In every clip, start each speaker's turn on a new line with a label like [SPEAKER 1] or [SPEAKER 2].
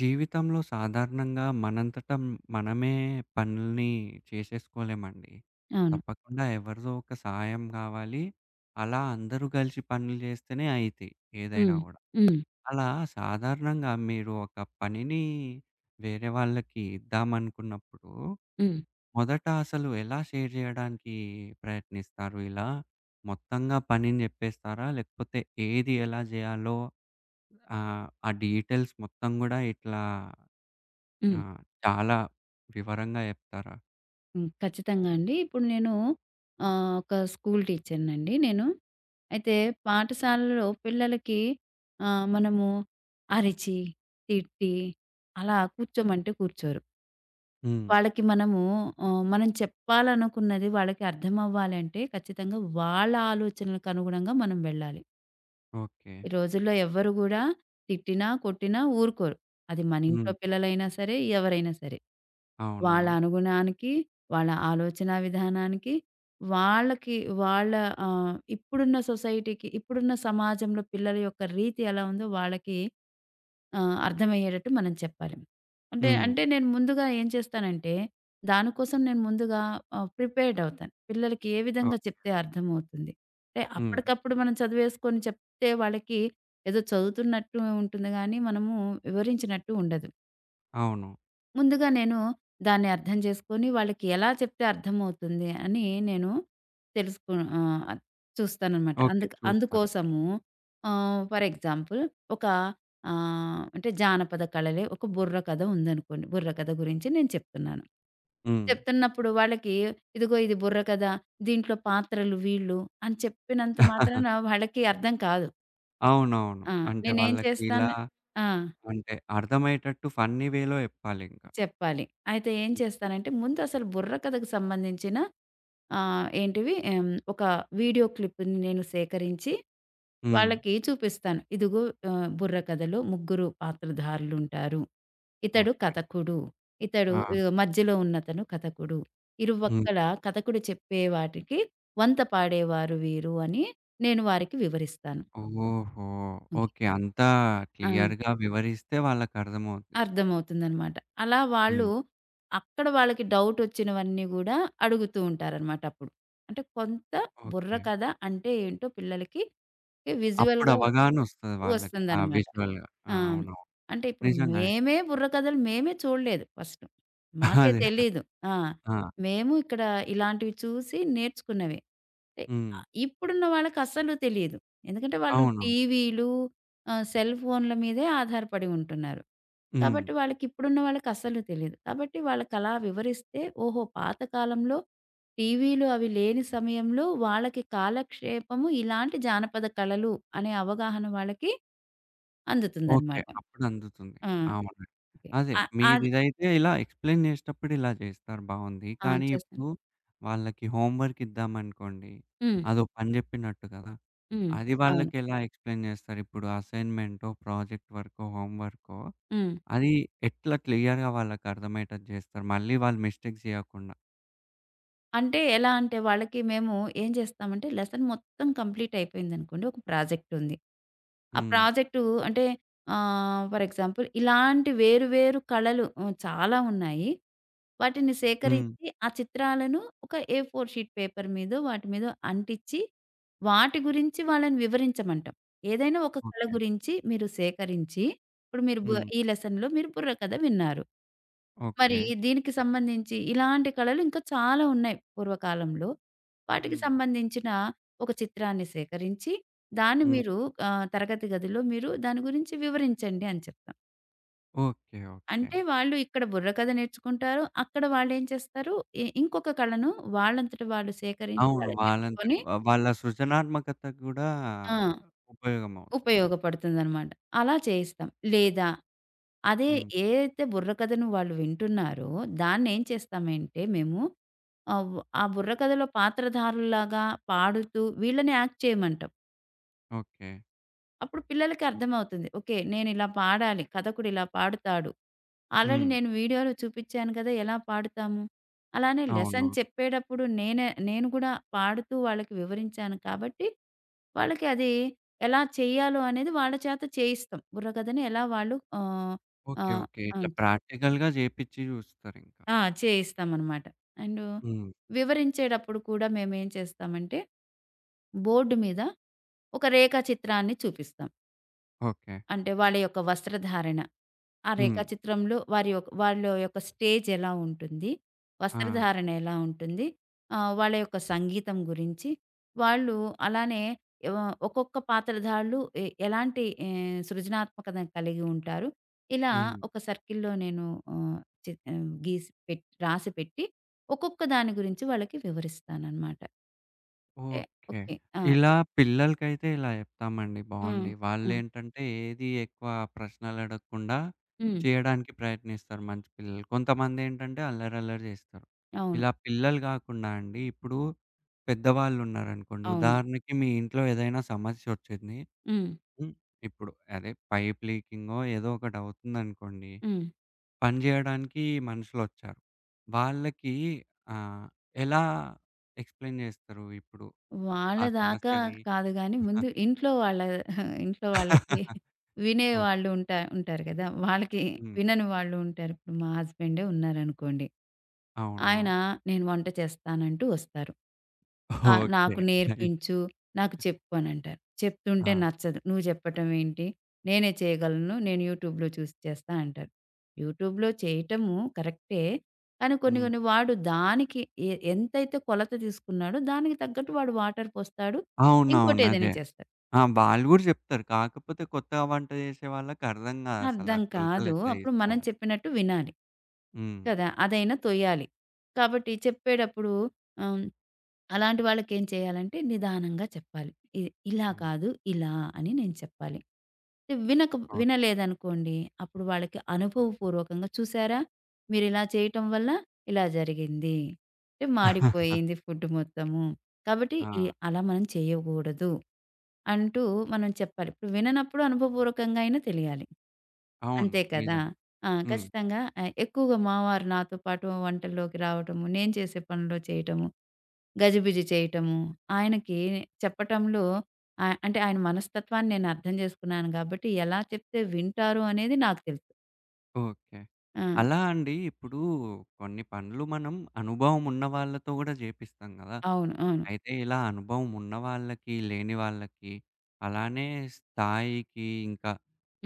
[SPEAKER 1] జీవితంలో సాధారణంగా మనంతట మనమే పనుల్ని చేసేసుకోలేమండి.
[SPEAKER 2] అవును.
[SPEAKER 1] తప్పకుండా ఎవరిదో ఒక సహాయం కావాలి. అలా అందరూ కలిసి పనులు చేస్తేనే అయితాయి ఏదైనా
[SPEAKER 2] హ్మ్.
[SPEAKER 1] గూడా.
[SPEAKER 2] హ్మ్.
[SPEAKER 1] అలా సాధారణంగా మీరు ఒక పనిని వేరే వాళ్ళకి ఇద్దామనుకున్నప్పుడు,
[SPEAKER 2] హ్మ్.
[SPEAKER 1] మొదట అసలు ఎలా షేర్ చేయడానికి ప్రయత్నిస్తారు? ఇలా మొత్తంగా పనిని చెప్పేస్తారా? లేకపోతే ఏది ఎలా జేయాలో ఆ డీటెయిల్స్ మొత్తం గూడా ఇట్లా ఆ!
[SPEAKER 2] హ్మ్.
[SPEAKER 1] చాలా వివరంగా జెప్తారా?
[SPEAKER 2] హ్మ్. ఖచ్చితంగా అండి. ఇప్పుడు నేను ఒక స్కూల్ టీచర్‌నండి నేను. అయితే పాఠశాలలో పిల్లలకి మనము అరిచి, తిట్టి అలా కూర్చోమంటే కూర్చోరు.
[SPEAKER 1] హ్మ్.
[SPEAKER 2] వాళ్ళకి మనము మనం చెప్పాలనుకున్నది వాళ్ళకి అర్థమవ్వాలంటే ఖచ్చితంగా వాళ్ళ ఆలోచనలకు అనుగుణంగా మనం వెళ్ళాలి.
[SPEAKER 1] ఓకే.
[SPEAKER 2] ఈ రోజుల్లో ఎవ్వరు గూడా తిట్టినా, కొట్టినా ఊరుకోరు. అది మన ఇంట్లో
[SPEAKER 1] హ్మ్.
[SPEAKER 2] పిల్లలైనా సరే, ఎవరైనా సరే.
[SPEAKER 1] అవును.
[SPEAKER 2] వాళ్ళ అనుగుణానికి, వాళ్ళ ఆలోచనా విధానానికి, వాళ్ళకి వాళ్ళ ఇప్పుడున్న సొసైటీకి, ఇప్పుడున్న సమాజంలో పిల్లల యొక్క రీతి ఎలా ఉందో వాళ్ళకి ఆ! అర్థమయ్యేటట్టు మనం చెప్పాలి. అంటే,
[SPEAKER 1] హ్మ్.
[SPEAKER 2] అంటే నేను ముందుగా ఏం చేస్తానంటే, దానికోసం నేను ముందుగా ప్రిపేర్డ్ అవుతాను. పిల్లలకి ఏ విధంగా
[SPEAKER 1] ఓహ్!
[SPEAKER 2] చెప్తే అర్థమవుతుంది. అంటే
[SPEAKER 1] హ్మ్.
[SPEAKER 2] అప్పటికప్పుడు మనం చదివేసుకొని చెప్తే వాళ్ళకి ఏదో చదువుతున్నట్టు ఉంటుంది గానీ, మనము వివరించినట్టు ఉండదు.
[SPEAKER 1] అవును.
[SPEAKER 2] ముందుగా నేను దాన్ని అర్థం చేసుకొని, వాళ్ళకి ఎలా చెప్తే అర్థమవుతుంది అని నేను తెలుసుకు ఆహ్, చూస్తాననమాట.
[SPEAKER 1] ఓకే.
[SPEAKER 2] అందుకు
[SPEAKER 1] చూస్తారా?
[SPEAKER 2] అందుకోసము ఫర్ ఎగ్జాంపుల్ ఒక అంటే జానపద కళలే ఒక బుర్రకథ ఉందనుకోండి. బుర్రకథ గురించి నేను చెప్తున్నాను.
[SPEAKER 1] హ్మ్.
[SPEAKER 2] చెప్తున్నప్పుడు వాళ్ళకి ఇదిగో ఇది బుర్రకథ, దీంట్లో పాత్రలు వీళ్ళు అని చెప్పినంత మాత్రాన వాళ్ళకి అర్థం కాదు.
[SPEAKER 1] అవునవును.
[SPEAKER 2] ఆ!
[SPEAKER 1] అంటే
[SPEAKER 2] నేనేం
[SPEAKER 1] వాళ్ళకి ఇలా
[SPEAKER 2] చేస్తాను ఆ!
[SPEAKER 1] అంటే అర్థమయ్యేటట్టు ఫన్నీ వేలో జెప్పాలింక.
[SPEAKER 2] చెప్పాలి. అయితే ఏం
[SPEAKER 1] హ్మ్.
[SPEAKER 2] చేస్తానంటే ముందు అసలు బుర్రకథకు సంబంధించిన ఆహ్, ఏంటివి హ్మ్. ఒక వీడియో క్లిప్‌ని నేను సేకరించి
[SPEAKER 1] హ్మ్.
[SPEAKER 2] వాళ్ళకి చూపిస్తాను. ఇదిగో బుర్రకథలో ముగ్గురు పాత్రధారులుంటారు. ఇతడు
[SPEAKER 1] ఓకే.
[SPEAKER 2] కథకుడు. ఇతడు
[SPEAKER 1] ఆ!
[SPEAKER 2] ఇగో మధ్యలో ఉన్నతను కథకుడు.
[SPEAKER 1] హ్మ్.
[SPEAKER 2] ఇరుపక్కల కథకుడు చెప్పే వాటికి వంత పాడేవారు వీరు అని నేను వారికి వివరిస్తాను.
[SPEAKER 1] ఓహో!
[SPEAKER 2] ఓకే.
[SPEAKER 1] ఓకే. అంతా
[SPEAKER 2] ఆ!
[SPEAKER 1] క్లియర్‌గా వివరిస్తే వాళ్ళకర్థమవుద్ది.
[SPEAKER 2] అర్థమవుతుందనమాట. అలా వాళ్ళు
[SPEAKER 1] హ్మ్.
[SPEAKER 2] అక్కడ వాళ్ళకి డౌటొచ్చినవన్నీ గూడా అడుగుతూ ఉంటారనమాట అప్పుడు. అంటే కొంత
[SPEAKER 1] ఓకే.
[SPEAKER 2] బుర్రకథ అంటే ఏంటో పిల్లలకి ఓకే.
[SPEAKER 1] అప్పుడు
[SPEAKER 2] విజువల్‌గా
[SPEAKER 1] అవగాహనొస్తది వాళ్ళకి. ఆ!
[SPEAKER 2] వస్తుందనమాట.
[SPEAKER 1] విజువల్‌గా. ఆ!
[SPEAKER 2] ఆ!
[SPEAKER 1] అవునవును.
[SPEAKER 2] అంటే ఇప్పుడు
[SPEAKER 1] నిజంగానే.
[SPEAKER 2] బుర్రకథలు మేమే చూడలేదు ఫస్టు. మాకే
[SPEAKER 1] అదే.
[SPEAKER 2] తెలీదు. ఆ!
[SPEAKER 1] ఆ!
[SPEAKER 2] మేము ఇక్కడ ఇలాంటివి చూసి నేర్చుకున్నవే. అంటే
[SPEAKER 1] హ్మ్.
[SPEAKER 2] ఇప్పుడున్న వాళ్ళకస్సలు తెలీదు. ఎందుకంటే వాళ్ళు
[SPEAKER 1] అవును.
[SPEAKER 2] టీవీలు, సెల్ ఫోన్‌ల మీదే ఆధారపడి ఉంటున్నారు.
[SPEAKER 1] హ్మ్.
[SPEAKER 2] కాబట్టి వాళ్ళకస్సలు తెలీదు. కాబట్టి వాళ్ళకలా వివరిస్తే ఓహో! పాత కాలంలో టీవీలు అవి లేని సమయంలో వాళ్ళకి కాలక్షేపము ఇలాంటి జానపద కళలు అనే అవగాహన వాళ్ళకి
[SPEAKER 1] ఓకే.
[SPEAKER 2] అందుతుందనమాట.
[SPEAKER 1] అప్పుడు అందుతుంది.
[SPEAKER 2] ఆ!
[SPEAKER 1] అవును.
[SPEAKER 2] ఓకే.
[SPEAKER 1] అదే
[SPEAKER 2] అది
[SPEAKER 1] మీరిదైతే ఇలా ఎక్స్‌ప్లెయిన్ చేసేటప్పుడు ఇలా చేస్తారు బావుంది.
[SPEAKER 2] ఆ!
[SPEAKER 1] కానీ
[SPEAKER 2] చేస్తాను.
[SPEAKER 1] ఇప్పుడు వాళ్ళకి హోంవర్క్ ఇద్దామనుకోండి.
[SPEAKER 2] హ్మ్.
[SPEAKER 1] అదో పని చెప్పినట్టు కదా!
[SPEAKER 2] హ్మ్.
[SPEAKER 1] అది
[SPEAKER 2] అవును.
[SPEAKER 1] వాళ్ళకెలా ఎక్స్‌ప్లెయిన్ చేస్తారు? ఇప్పుడు అసైన్‌మెంటో, ప్రాజెక్ట్ వర్కో, హోంవర్కో
[SPEAKER 2] హ్మ్.
[SPEAKER 1] అది ఎట్లా క్లియర్‌గా వాళ్ళకి అర్థమయ్యేటట్టు చేస్తారు? మళ్ళీ వాళ్ళు మిస్టేక్స్ చేయకుండా.
[SPEAKER 2] అంటే ఎలా అంటే వాళ్ళకి మేము ఏం చేస్తామంటే లెసన్ మొత్తం కంప్లీట్ అయిపోయిందనుకోండి. ఒక ప్రాజెక్ట్ ఉంది. ఆ
[SPEAKER 1] హ్మ్.
[SPEAKER 2] ప్రాజెక్టు అంటే ఫర్ ఎగ్జాంపుల్ ఇలాంటి వేరు వేరు కళలు హ్మ్, చాలా ఉన్నాయి. వాటిని
[SPEAKER 1] హ్మ్.
[SPEAKER 2] సేకరించి ఆ చిత్రాలను ఒక A4 షీట్ పేపర్ మీదో వాటి మీదో అంటించి వాటి గురించి వాళ్ళని వివరించమంటాం. ఏదైనా ఒక కళ
[SPEAKER 1] ఓకే.
[SPEAKER 2] గురించి మీరు సేకరించి ఇప్పుడు మీరు
[SPEAKER 1] హ్మ్.
[SPEAKER 2] ఈ లెసన్‌లో మీరు బుర్రకథ విన్నారు. మరి
[SPEAKER 1] ఓకే.
[SPEAKER 2] దీనికి సంబంధించి ఇలాంటి కళలు ఇంకా చాలా ఉన్నాయి పూర్వకాలంలో. వాటికి
[SPEAKER 1] హ్మ్.
[SPEAKER 2] సంబంధించిన ఒక చిత్రాన్ని సేకరించి, దాన్ని
[SPEAKER 1] హ్మ్.
[SPEAKER 2] మీరు తరగతి గదిలో మీరు దాని గురించి వివరించండి అని చెప్తాం.
[SPEAKER 1] ఓకే. ఓకే.
[SPEAKER 2] అంటే వాళ్ళు ఇక్కడ బుర్రకథ నేర్చుకుంటారు. అక్కడ వాళ్ళేం చేస్తారు, ఇంకొక కళను వాళ్ళంతట వాళ్ళు సేకరించి
[SPEAKER 1] అవును.
[SPEAKER 2] వాళ్ళు
[SPEAKER 1] వాళ్ళంతట
[SPEAKER 2] నేర్చుకొని
[SPEAKER 1] వాళ్ళ సృజనాత్మకతకు గూడా
[SPEAKER 2] ఆ!
[SPEAKER 1] ఉపయోగమవుద్ది.
[SPEAKER 2] ఉపయోగపడుతుందనమాట. అలా చేయిస్తాం. లేదా అదే
[SPEAKER 1] హ్మ్.
[SPEAKER 2] ఏదైతే బుర్రకథను వాళ్ళు వింటున్నారో దాన్నేం చేస్తామంటే మేము అవ్ ఆ బుర్రకథలో పాత్రధారుల్లాగా పాడుతూ వీళ్ళని యాక్ట్ చేయమంటాం.
[SPEAKER 1] ఓకే.
[SPEAKER 2] అప్పుడు పిల్లలకి అర్థమవుతుంది. ఓకే. నేనిలా పాడాలి. కథకుడు ఇలా పాడుతాడు. ఆల్రెడీ
[SPEAKER 1] హ్మ్.
[SPEAKER 2] నేను వీడియోలో చూపిచ్చాను కదా! ఎలా పాడుతాము. అలానే
[SPEAKER 1] అవును.
[SPEAKER 2] లెసన్ చెప్పేటప్పుడు నేను కూడా పాడుతూ వాళ్ళకి వివరించాను కాబట్టి, వాళ్ళకి అది ఎలా చేయాలో అనేది వాళ్ళ చేత చేయిస్తాం. బుర్రకథని ఎలా వాళ్ళు ఆహ్,
[SPEAKER 1] ఓకే.
[SPEAKER 2] ఆహ్,
[SPEAKER 1] ఓకే. ఇట్లా
[SPEAKER 2] అవును.
[SPEAKER 1] ప్రాక్టికల్‌గా జేపిచ్చి జూస్తారింకా.
[SPEAKER 2] ఆ! చేయిస్తామనమాట. అండ్
[SPEAKER 1] హ్మ్.
[SPEAKER 2] వివరించేటప్పుడు కూడా మేమేం చేస్తామంటే బోర్డ్ మీద ఒక రేఖాచిత్రాన్ని చూపిస్తాం.
[SPEAKER 1] ఓకే.
[SPEAKER 2] అంటే వాళ్ళ యొక్క వస్త్రధారణ. ఆ
[SPEAKER 1] హ్మ్.
[SPEAKER 2] రేఖాచిత్రంలో వారి యొక్క వాళ్ళ యొక్క స్టేజ్ ఎలా ఉంటుంది?
[SPEAKER 1] ఆ!
[SPEAKER 2] వస్త్రధారణ ఎలా ఉంటుంది? వాళ్ళ యొక్క సంగీతం గురించి, వాళ్ళు అలానే ఒక్కొక్క పాత్రధారులు ఎలాంటి సృజనాత్మకతను కలిగి ఉంటారు? ఇలా
[SPEAKER 1] హ్మ్.
[SPEAKER 2] ఒక సర్కిల్‌లో నేను ఆహ్, గీసి రాసిపెట్టి ఒక్కొక్క దాని గురించి వాళ్ళకి వివరిస్తాననమాట. అంటే
[SPEAKER 1] ఓకే.
[SPEAKER 2] ఓకే. ఆ!
[SPEAKER 1] ఇలా పిల్లలకైతే ఇలా చెప్తామండి.
[SPEAKER 2] హ్మ్.
[SPEAKER 1] బావుంది.
[SPEAKER 2] హ్మ్.
[SPEAKER 1] వాళ్ళేంటంటే ఏది ఎక్కువ ప్రశ్నలడగకుండా
[SPEAKER 2] హ్మ్.
[SPEAKER 1] చేయడానికి ప్రయత్నిస్తారు మంచి పిల్లలు. కొంతమందేంటంటే అల్లరల్లరి చేస్తారు.
[SPEAKER 2] అవును.
[SPEAKER 1] ఇలా పిల్లలు గాకుండా అండి ఇప్పుడు పెద్దవాళ్ళున్నారనుకోండి.
[SPEAKER 2] అవును.
[SPEAKER 1] ఉదాహరణకి మీ ఇంట్లో ఏదైనా సమస్యొచ్చింది.
[SPEAKER 2] హ్మ్.
[SPEAKER 1] హ్మ్. ఇప్పుడు అదే పైప్ లీకింగో ఏదో ఒకటవుతుందనుకోండి.
[SPEAKER 2] హ్మ్.
[SPEAKER 1] పని జేయడానికి మనుషులొచ్చారు. వాళ్ళకి ఆహ్, ఎలా ఎక్స్‌ప్లెయిన్ జేస్తారు ఇప్పుడు ఆ
[SPEAKER 2] వాళ్ళ
[SPEAKER 1] ఆ
[SPEAKER 2] దాకా
[SPEAKER 1] సమస్యని?
[SPEAKER 2] కాదు గానీ, ముందు ఇంట్లో వాళ్ళ ఇంట్లో వాళ్ళకి వినే
[SPEAKER 1] ఓకే.
[SPEAKER 2] వాళ్ళు ఉంటారు కదా! వాళ్ళకి
[SPEAKER 1] హ్మ్.
[SPEAKER 2] వినని వాళ్ళు ఉంటారు. ఇప్పుడు మా హస్బెండే ఉన్నారనుకోండి.
[SPEAKER 1] అవును.
[SPEAKER 2] ఆయన నేను వంట చేస్తానంటూ వస్తారు. ఆ!
[SPEAKER 1] ఓకే.
[SPEAKER 2] నాకు
[SPEAKER 1] అయి
[SPEAKER 2] నేర్పించు, నాకు చెప్పు అనంటారు.
[SPEAKER 1] ఆ!
[SPEAKER 2] చెప్తుంటే నచ్చదు. నువ్వు చెప్పటం ఏంటి? నేనే చేయగలను. నేను యూట్యూబ్‌లో చూసి చేస్తా అంటారు. యూట్యూబ్‌లో చేయటము కరెక్టే. కానీ కొన్ని
[SPEAKER 1] హ్మ్.
[SPEAKER 2] కొన్ని వాడు దానికి ఎంతైతే కొలత తీసుకున్నాడో దానికి తగ్గట్టు వాడు వాటర్ పోస్తాడు.
[SPEAKER 1] అవునవును.
[SPEAKER 2] ఇంకోటేదైనా
[SPEAKER 1] అదే.
[SPEAKER 2] చేస్తాడు.
[SPEAKER 1] ఆ! వాళ్ళు గూడా జెప్తారు. కాకపోతే కొత్తగా వంట జేసే వాళ్ళకర్థం గాదసల
[SPEAKER 2] అర్థం
[SPEAKER 1] ఆ
[SPEAKER 2] కాదు.
[SPEAKER 1] కొలతలెట్లా
[SPEAKER 2] అప్పుడు మనం
[SPEAKER 1] జేసుకోవాలో.
[SPEAKER 2] చెప్పినట్టు వినాలి.
[SPEAKER 1] హ్మ్.
[SPEAKER 2] కదా! అదైనా తొయ్యాలి. కాబట్టి చెప్పేటప్పుడు ఆహ్, అలాంటి వాళ్ళకేం చేయాలంటే నిదానంగా చెప్పాలి. ఇ ఇలా
[SPEAKER 1] హ్మ్.
[SPEAKER 2] కాదు ఇలా అని నేను చెప్పాలి. వినక
[SPEAKER 1] ఓకే.
[SPEAKER 2] వినలేదనుకోండి అప్పుడు వాళ్ళకి అనుభవపూర్వకంగా చూసారా మీరిలా చేయటం వల్ల ఇలా జరిగింది. అంటే మాడిపోయింది ఫుడ్ మొత్తము. కాబట్టి
[SPEAKER 1] ఆ!
[SPEAKER 2] ఈ అలా మనం చేయకూడదు అంటూ మనం చెప్పాలి. ఇప్పుడు విననప్పుడు అనుభవపూర్వకంగా అయినా తెలియాలి.
[SPEAKER 1] అవును.
[SPEAKER 2] అంతే కదా!
[SPEAKER 1] నిజమే.
[SPEAKER 2] ఆ!
[SPEAKER 1] హ్మ్.
[SPEAKER 2] ఖచ్చితంగా ఎక్కువగా మావారు నాతో పాటు వంటల్లోకి రావటము, నేను చేసే పనిలో చేయటము, గజిబిజి చేయటము, ఆయనకి చెప్పటంలో అంటే ఆయన మనస్తత్వాన్ని నేను అర్థం చేసుకున్నాను కాబట్టి ఎలా చెప్తే వింటారు అనేది నాకు తెలుసు.
[SPEAKER 1] ఓకే.
[SPEAKER 2] ఆ!
[SPEAKER 1] అలా అండి ఇప్పుడు కొన్ని పనులు మనం అనుభవం ఉన్న వాళ్ళతో గూడా జేపిస్తాం గదా!
[SPEAKER 2] అవును. అవును.
[SPEAKER 1] అయితే ఇలా అనుభవం ఉన్న వాళ్ళకి, లేని వాళ్ళకి అలానే స్థాయికి, ఇంకా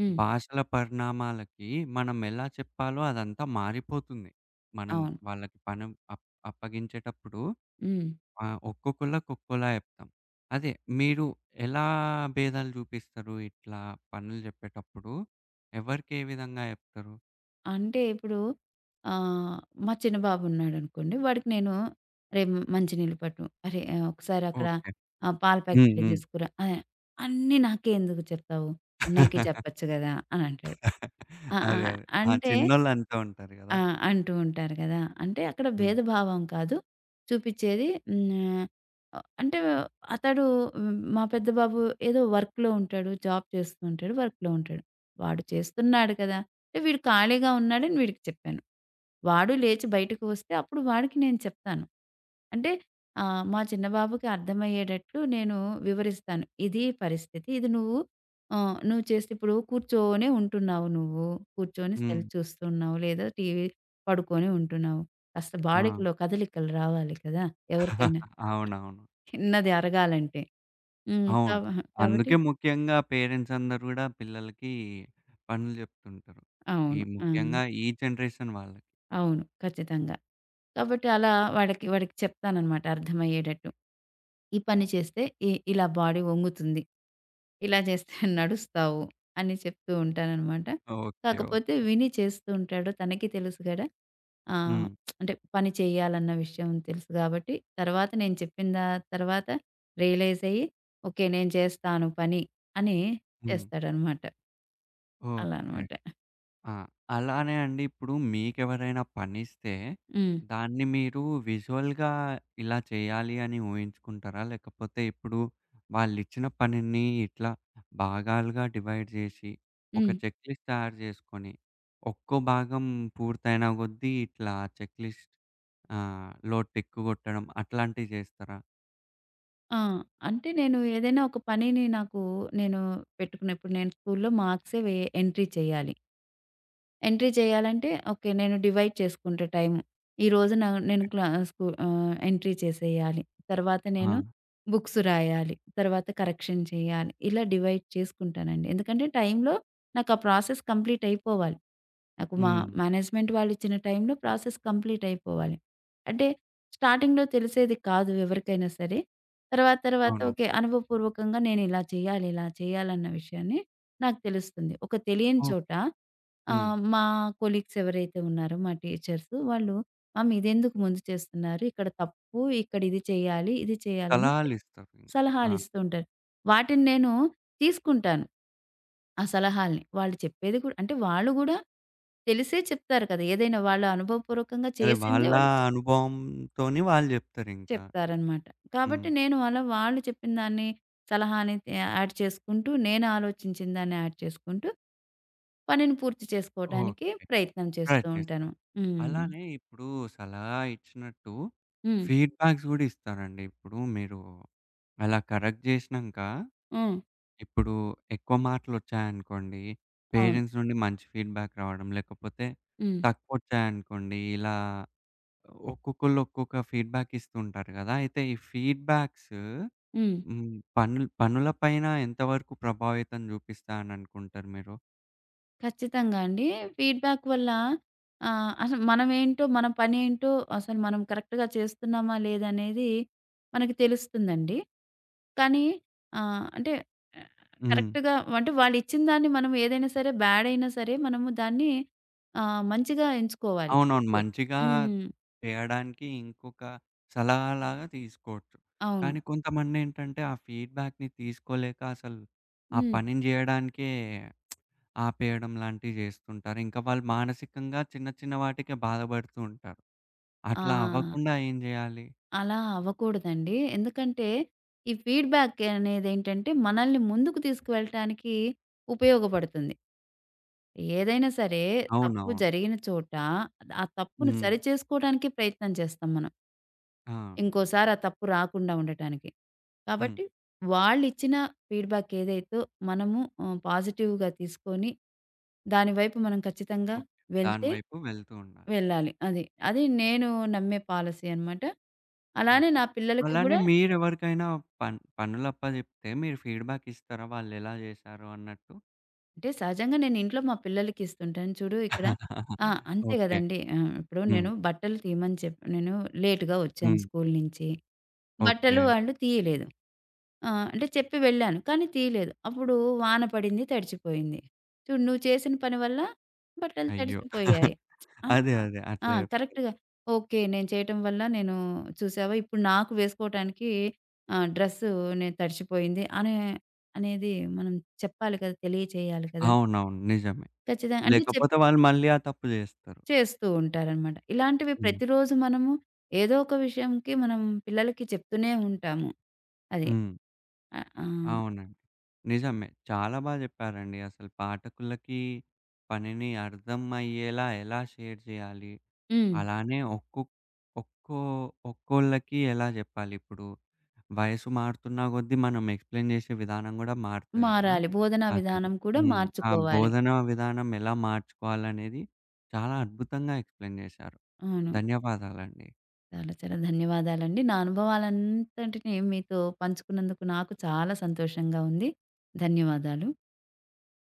[SPEAKER 2] హ్మ్.
[SPEAKER 1] భాషల పరిణామాలకి మనం ఎలా చెప్పాలో అదంతా మారిపోతుంది. మనం
[SPEAKER 2] అవును.
[SPEAKER 1] వాళ్ళకి పని అప్ అప్పగించేటప్పుడు
[SPEAKER 2] హ్మ్.
[SPEAKER 1] ఒక్కొక్కళ్ళకి ఒక్కోలా జెప్తాం. అదే మీరు ఎలా భేదాలు జూపిస్తారు? ఇట్లా పనులు జెప్పేటప్పుడు ఎవరికే విధంగా జెప్తరు?
[SPEAKER 2] అంటే ఇప్పుడు ఆహ్, మా చిన్న బాబు ఉన్నాడనుకోండి. వాడికి నేను "అరే! మంచినీళ్ళు పట్టు. అరే! ఒకసారి అక్కడ
[SPEAKER 1] ఓకే.
[SPEAKER 2] పాల
[SPEAKER 1] హ్మ్.
[SPEAKER 2] ప్యాకెట్లు
[SPEAKER 1] హ్మ్.
[SPEAKER 2] తీసుకురా" అని అన్నీ నాకే ఎందుకు చెప్తావు? అన్నయ్యకి చెప్పొచ్చు గదా! అని అంటాడు.
[SPEAKER 1] అదే.
[SPEAKER 2] ఆ! ఆ!
[SPEAKER 1] అదే. ఆ!
[SPEAKER 2] అంటే
[SPEAKER 1] చిన్నోళ్ళు అంటూ ఉంటారు గదా!
[SPEAKER 2] ఆ! అంటూ ఉంటారు గదా! అంటే అక్కడ
[SPEAKER 1] హ్మ్.
[SPEAKER 2] భేదభావం కాదు. చూపిచ్చేది హ్మ్. అంటే అతడు హ్మ్, మా పెద్ద బాబు ఏదో వర్క్‌లో ఉంటాడు. జాబ్ చేస్తూ ఉంటాడు. వర్క్‌లో ఉంటాడు. వాడు చేస్తున్నాడు కదా! అంటే వీడు ఖాళీగా ఉన్నాడని వీడికి చెప్పాను. వాడు లేచి బయటకు వస్తే అప్పుడు వాడికి నేను చెప్తాను. అంటే మా చిన్న బాబుకి అర్థమయ్యేటట్లు నేను వివరిస్తాను. ఇది పరిస్థితి. ఇది నువ్వు నువ్వు చేస్తే ఇప్పుడు కూర్చొనే ఉంటున్నావు నువ్వు. కూర్చొని
[SPEAKER 1] హ్మ్.
[SPEAKER 2] సెల్ చూస్తున్నావు. లేదా టీవీ పడుకొని ఉంటున్నావు. కాస్త
[SPEAKER 1] ఆ!
[SPEAKER 2] బాడీకిలో కదలికలు రావాలి కదా! ఎవరికైనా
[SPEAKER 1] అవునవును.
[SPEAKER 2] చిన్నది అరగాలంటే. హ్మ్.
[SPEAKER 1] అవును.
[SPEAKER 2] కాబట్టి
[SPEAKER 1] అందుకే ముఖ్యంగా పేరెంట్స్ అందరూ గూడా పిల్లలకి పనులు జెప్తుంటారు. ఈ
[SPEAKER 2] అవును. ఆ!
[SPEAKER 1] ముఖ్యంగా ఈ జనరేషన్ వాళ్ళకి.
[SPEAKER 2] అవును. ఖచ్చితంగా. కాబట్టి అలా వాడికి వాడికి చెప్తాననమాట అర్థమయ్యేటట్టు. ఈ పని చేస్తే ఇలా బాడీ వంగుతుంది. ఇలా చేస్తే నడుస్తావు అని చెప్తూ ఉంటాననమాట.
[SPEAKER 1] ఓకే.
[SPEAKER 2] కాకపోతే
[SPEAKER 1] ఓకే.
[SPEAKER 2] విని చేస్తూ ఉంటాడు. తనకి తెలుసు గదా! ఆహ్,
[SPEAKER 1] హ్మ్.
[SPEAKER 2] అంటే పని చేయాలన్న విషయం తెలుసు గాబట్టి, తర్వాత నేను చెప్పిన దా తర్వాత రియలైజ్ అయ్యి, ఓకే. నేను చేస్తాను పని అని
[SPEAKER 1] హ్మ్.
[SPEAKER 2] చేస్తాడనమాట. అలా
[SPEAKER 1] ఓకే.
[SPEAKER 2] అనమాట.
[SPEAKER 1] ఆ! అలానే అండి ఇప్పుడు మీకెవరైనా పనిస్తే,
[SPEAKER 2] హ్మ్.
[SPEAKER 1] దాన్ని మీరు విజువల్‌గా ఇలా చేయాలి అని ఊహించుకుంటారా? లేకపోతే ఇప్పుడు వాళ్ళిచ్చిన పనిని ఇట్లా భాగాలుగా డివైడ్ జేసి, ఒక
[SPEAKER 2] హ్మ్.
[SPEAKER 1] చెక్ లిస్ట్ తయారు జేసుకొని, ఒక్కో భాగం పూర్తయిన కొద్దీ ఇట్లా చెక్ లిస్ట్ లో టిక్ కొట్టడం అట్లాంటివి జేస్తారా?
[SPEAKER 2] ఆ! అంటే నేను ఏదైనా ఒక పనిని నాకు నేను పెట్టుకున్నప్పుడు నేను స్కూల్‌లో మార్క్సే వే ఎంట్రీ చేయాలి. ఎంట్రీ చేయాలంటే ఓకే. నేను డివైడ్ చేసుకుంటా టైము. ఈరోజు నేను క్లాస్‌కు ఎంట్రీ చేసేయాలి. తర్వాత
[SPEAKER 1] ఆ!
[SPEAKER 2] నేను బుక్స్ రాయాలి. తర్వాత కరెక్షన్ చేయాలి. ఇలా డివైడ్ చేసుకుంటానండి. ఎందుకంటే టైంలో నాకు ఆ ప్రాసెస్ కంప్లీట్ అయిపోవాలి. నాకు మా
[SPEAKER 1] హ్మ్.
[SPEAKER 2] మేనేజ్మెంట్ వాళ్ళు ఇచ్చిన టైంలో ప్రాసెస్ కంప్లీట్ అయిపోవాలి. అంటే స్టార్టింగ్‌లో తెలిసేది కాదు ఎవరికైనా సరే. తర్వాత తర్వాత
[SPEAKER 1] అవును.
[SPEAKER 2] ఓకే. అనుభవపూర్వకంగా నేను ఇలా చేయాలి, ఇలా చేయాలన్న విషయాన్ని నాకు తెలుస్తుంది. ఒక తెలియని చోట
[SPEAKER 1] ఓకే. హ్మ్.
[SPEAKER 2] మా కొలీగ్స్ ఎవరైతే ఉన్నారో మా టీచర్స్ వాళ్ళు, "ఆ! మీదెందుకు ముందు చేస్తున్నారు? ఇక్కడ తప్పు, ఇక్కడ ఇది చేయాలి, ఇది చేయాలని"
[SPEAKER 1] సలహాలిస్తారు. ఆ!
[SPEAKER 2] సలహాలిస్తూ ఉంటారు. వాటిని నేను తీసుకుంటాను. ఆ సలహాల్ని. వాళ్ళు చెప్పేది కూడా అంటే వాళ్ళు గూడా తెలిసే చెప్తారు కదా! ఏదైనా వాళ్ళ అనుభవపూర్వకంగా
[SPEAKER 1] అదే
[SPEAKER 2] చేసిందే
[SPEAKER 1] వాళ్ళ
[SPEAKER 2] వాళ్ళు
[SPEAKER 1] అనుభవంతోని వాళ్ళు జెప్తారింకా.
[SPEAKER 2] చెప్తారనమాట. కాబట్టి
[SPEAKER 1] హ్మ్.
[SPEAKER 2] నేను అలా వాళ్ళు చెప్పిన దాన్ని, సలహాని యాడ్ చేసుకుంటూ, నేను ఆలోచించిన దాన్ని యాడ్ చేసుకుంటూ, పనిని పూర్తి
[SPEAKER 1] ఓహ్!
[SPEAKER 2] చేసుకోవటానికి ప్రయత్నం చేస్తూ ఉంటాను.
[SPEAKER 1] ప్రయత్నిస్తారు.
[SPEAKER 2] హ్మ్.
[SPEAKER 1] అలానే ఇప్పుడు సలహా ఇచ్చినట్టు
[SPEAKER 2] హ్మ్.
[SPEAKER 1] ఫీడ్‌బ్యాక్స్ గూడా ఇస్తారండి. ఇప్పుడు మీరు అలా కరెక్ట్ జేసినంక,
[SPEAKER 2] హ్మ్.
[SPEAKER 1] ఇప్పుడు ఎక్కువ మార్కులొచ్చాయనుకోండి,
[SPEAKER 2] అవును.
[SPEAKER 1] పేరెంట్స్ నుండి మంచి ఫీడ్‌బ్యాక్ రావడం, లేకపోతే
[SPEAKER 2] హ్మ్.
[SPEAKER 1] తక్కువొచ్చాయనుకోండి, ఇలా ఒక్కొక్కళ్ళు ఒక్కొక్క ఫీడ్‌బ్యాక్ ఇస్తుంటారు గదా! అయితే ఈ ఫీడ్‌బ్యాక్స్
[SPEAKER 2] హ్మ్.
[SPEAKER 1] హ్మ్. పనులు పనుల పైన ఎంతవరకు ప్రభావితం జూపిస్తాయననుకుంటారు మీరు?
[SPEAKER 2] ఖచ్చితంగా అండి. ఫీడ్‌బ్యాక్ వల్ల అసలు మనమేంటో, మన పనేంటో అసలు మనం కరెక్ట్‌గా చేస్తున్నామా లేదా అనేది మనకి తెలుస్తుందండి. కానీ అంటే
[SPEAKER 1] హ్మ్.
[SPEAKER 2] కరెక్ట్‌గా అంటే వాళ్ళిచ్చిన దాన్ని మనం ఏదైనా సరే బ్యాడ్ అయినా సరే మనము దాన్ని మంచిగా ఎంచుకోవాలి.
[SPEAKER 1] అవునవును.
[SPEAKER 2] ఓకే.
[SPEAKER 1] మంచిగా
[SPEAKER 2] హ్మ్.
[SPEAKER 1] చేయడానికి ఇంకొక సలహాలాగా తీసుకోవచ్చు.
[SPEAKER 2] అవును.
[SPEAKER 1] కానీ కొంతమందేంటంటే ఆ ఫీడ్‌బ్యాక్‌ని తీసుకోలేక అసలు ఆ
[SPEAKER 2] హ్మ్.
[SPEAKER 1] పనిని జేయడానికే ఆపేయడం లాంటివి జేస్తుంటారు. ఇంకా వాళ్ళు మానసికంగా చిన్న చిన్న వాటికే బాధపడుతూ ఉంటారు. అట్లా
[SPEAKER 2] ఆ!
[SPEAKER 1] అవ్వకుండా ఏం జేయాలి?
[SPEAKER 2] అలా అవ్వకూడదండి. ఎందుకంటే, ఈ ఫీడ్‌బ్యాక్ అనేదేంటంటే, మనల్ని ముందుకు తీసుకువెళ్ళటానికి ఉపయోగపడుతుంది. ఏదైనా సరే, తప్పు
[SPEAKER 1] అవునవును.
[SPEAKER 2] జరిగిన చోట, ఆ తప్పును
[SPEAKER 1] హ్మ్.
[SPEAKER 2] సరిచేసుకోవడానికి ప్రయత్నం చేస్తాం మనం.
[SPEAKER 1] ఆ!
[SPEAKER 2] ఇంకోసారి ఆ తప్పు రాకుండా ఉండటానికి.
[SPEAKER 1] హ్మ్.
[SPEAKER 2] కాబట్టి, వాళ్ళిచ్చిన ఫీడ్‌బ్యాక్ ఏదైతో మనము పాజిటివ్‌గా తీసుకొని, దాని వైపు మనం ఖచ్చితంగా
[SPEAKER 1] ఓకే. దాని
[SPEAKER 2] వెళ్తే
[SPEAKER 1] వైపు వెళ్తూ ఉండాలి.
[SPEAKER 2] వెళ్ళాలి. అది. అది నేను నమ్మే పాలసీ అనమాట. అలానే
[SPEAKER 1] ఓకే.
[SPEAKER 2] నా పిల్లలకి
[SPEAKER 1] అలానే
[SPEAKER 2] గూడా
[SPEAKER 1] మీరెవరికైనా పనులప్పజెప్తే మీరు ఫీడ్‌బ్యాక్ ఇస్తారా? వాళ్ళెలా జేశారు అన్నట్టు?
[SPEAKER 2] అంటే సహజంగా నేను ఇంట్లో మా పిల్లలకి ఇస్తుంటాను. చూడు ఇక్కడ ఆ! అంతే
[SPEAKER 1] ఓకే.
[SPEAKER 2] గదండీ. ఆ! ఇప్పుడు
[SPEAKER 1] హ్మ్.
[SPEAKER 2] నేను బట్టలు తీయమని చెప్పి నేను లేట్‌గా వచ్చాను
[SPEAKER 1] హ్మ్.
[SPEAKER 2] స్కూలు నుంచి.
[SPEAKER 1] ఓకే.
[SPEAKER 2] బట్టలు వాళ్ళు తీయలేదు. ఆ! అంటే చెప్పి వెళ్ళాను. కానీ తీయలేదు. అప్పుడు వాన పడింది, తడిచిపోయింది. చూడు నువ్వు చేసిన పని వల్ల బట్టలు
[SPEAKER 1] అయ్యో!
[SPEAKER 2] తడిచిపోయాయి. ఆ!
[SPEAKER 1] అదే. అదే.
[SPEAKER 2] ఆ!
[SPEAKER 1] అట్లే
[SPEAKER 2] కరెక్ట్‌గా ఓకే. నేను చేయటం వల్ల నేను చూసావా ఇప్పుడు నాకు వేసుకోవటానికి డ్రెస్సు నేను తడిచిపోయింది అనే అనేది మనం చెప్పాలి కదా! తెలియచేయాలి కదా!
[SPEAKER 1] అవునవును. నిజమే.
[SPEAKER 2] ఖచ్చితంగా అంటే చెప్పి
[SPEAKER 1] లేకపోతే వాళ్ళు మళ్ళీ ఆ తప్పు జేస్తారు.
[SPEAKER 2] చేస్తూ ఉంటారనమాట. ఇలాంటివి
[SPEAKER 1] హ్మ్.
[SPEAKER 2] ప్రతిరోజు మనము ఏదో ఒక విషయంకి మనం పిల్లలకి చెప్తూనే ఉంటాము. అది.
[SPEAKER 1] హ్మ్.
[SPEAKER 2] ఆ! ఆ!
[SPEAKER 1] అవునండి. నిజమే. చాలా బా జెప్పారండి. అసలు పాఠకులకి పనిని అర్థం అయ్యేలా ఎలా షేర్ జేయాలి?
[SPEAKER 2] హ్మ్.
[SPEAKER 1] అలానే ఒక్కొక్ ఒక్కో ఒక్కోళ్ళకి ఎలా జెప్పాలి ఇప్పుడు, వయసు మారుతున్నా కొద్దీ మనం ఎక్స్‌ప్లెయిన్ జేసే విధానం గూడా మారుతది కదా!
[SPEAKER 2] మారాలి. బోధనా
[SPEAKER 1] అదే. అదే.
[SPEAKER 2] విధానం కూడా
[SPEAKER 1] హ్మ్. ఆ
[SPEAKER 2] మార్చుకోవాలి.
[SPEAKER 1] బోధనా విధానం ఎలా మార్చుకోవాలనేది చాలా అద్భుతంగా ఎక్స్‌ప్లెయిన్ జేశారు.
[SPEAKER 2] అవును.
[SPEAKER 1] ధన్యవాదాలండి.
[SPEAKER 2] చాలా చాలా ధన్యవాదాలండి. నా అనుభవాలంతటిని మీతో పంచుకున్నందుకు నాకు చాలా సంతోషంగా ఉంది. ధన్యవాదాలు.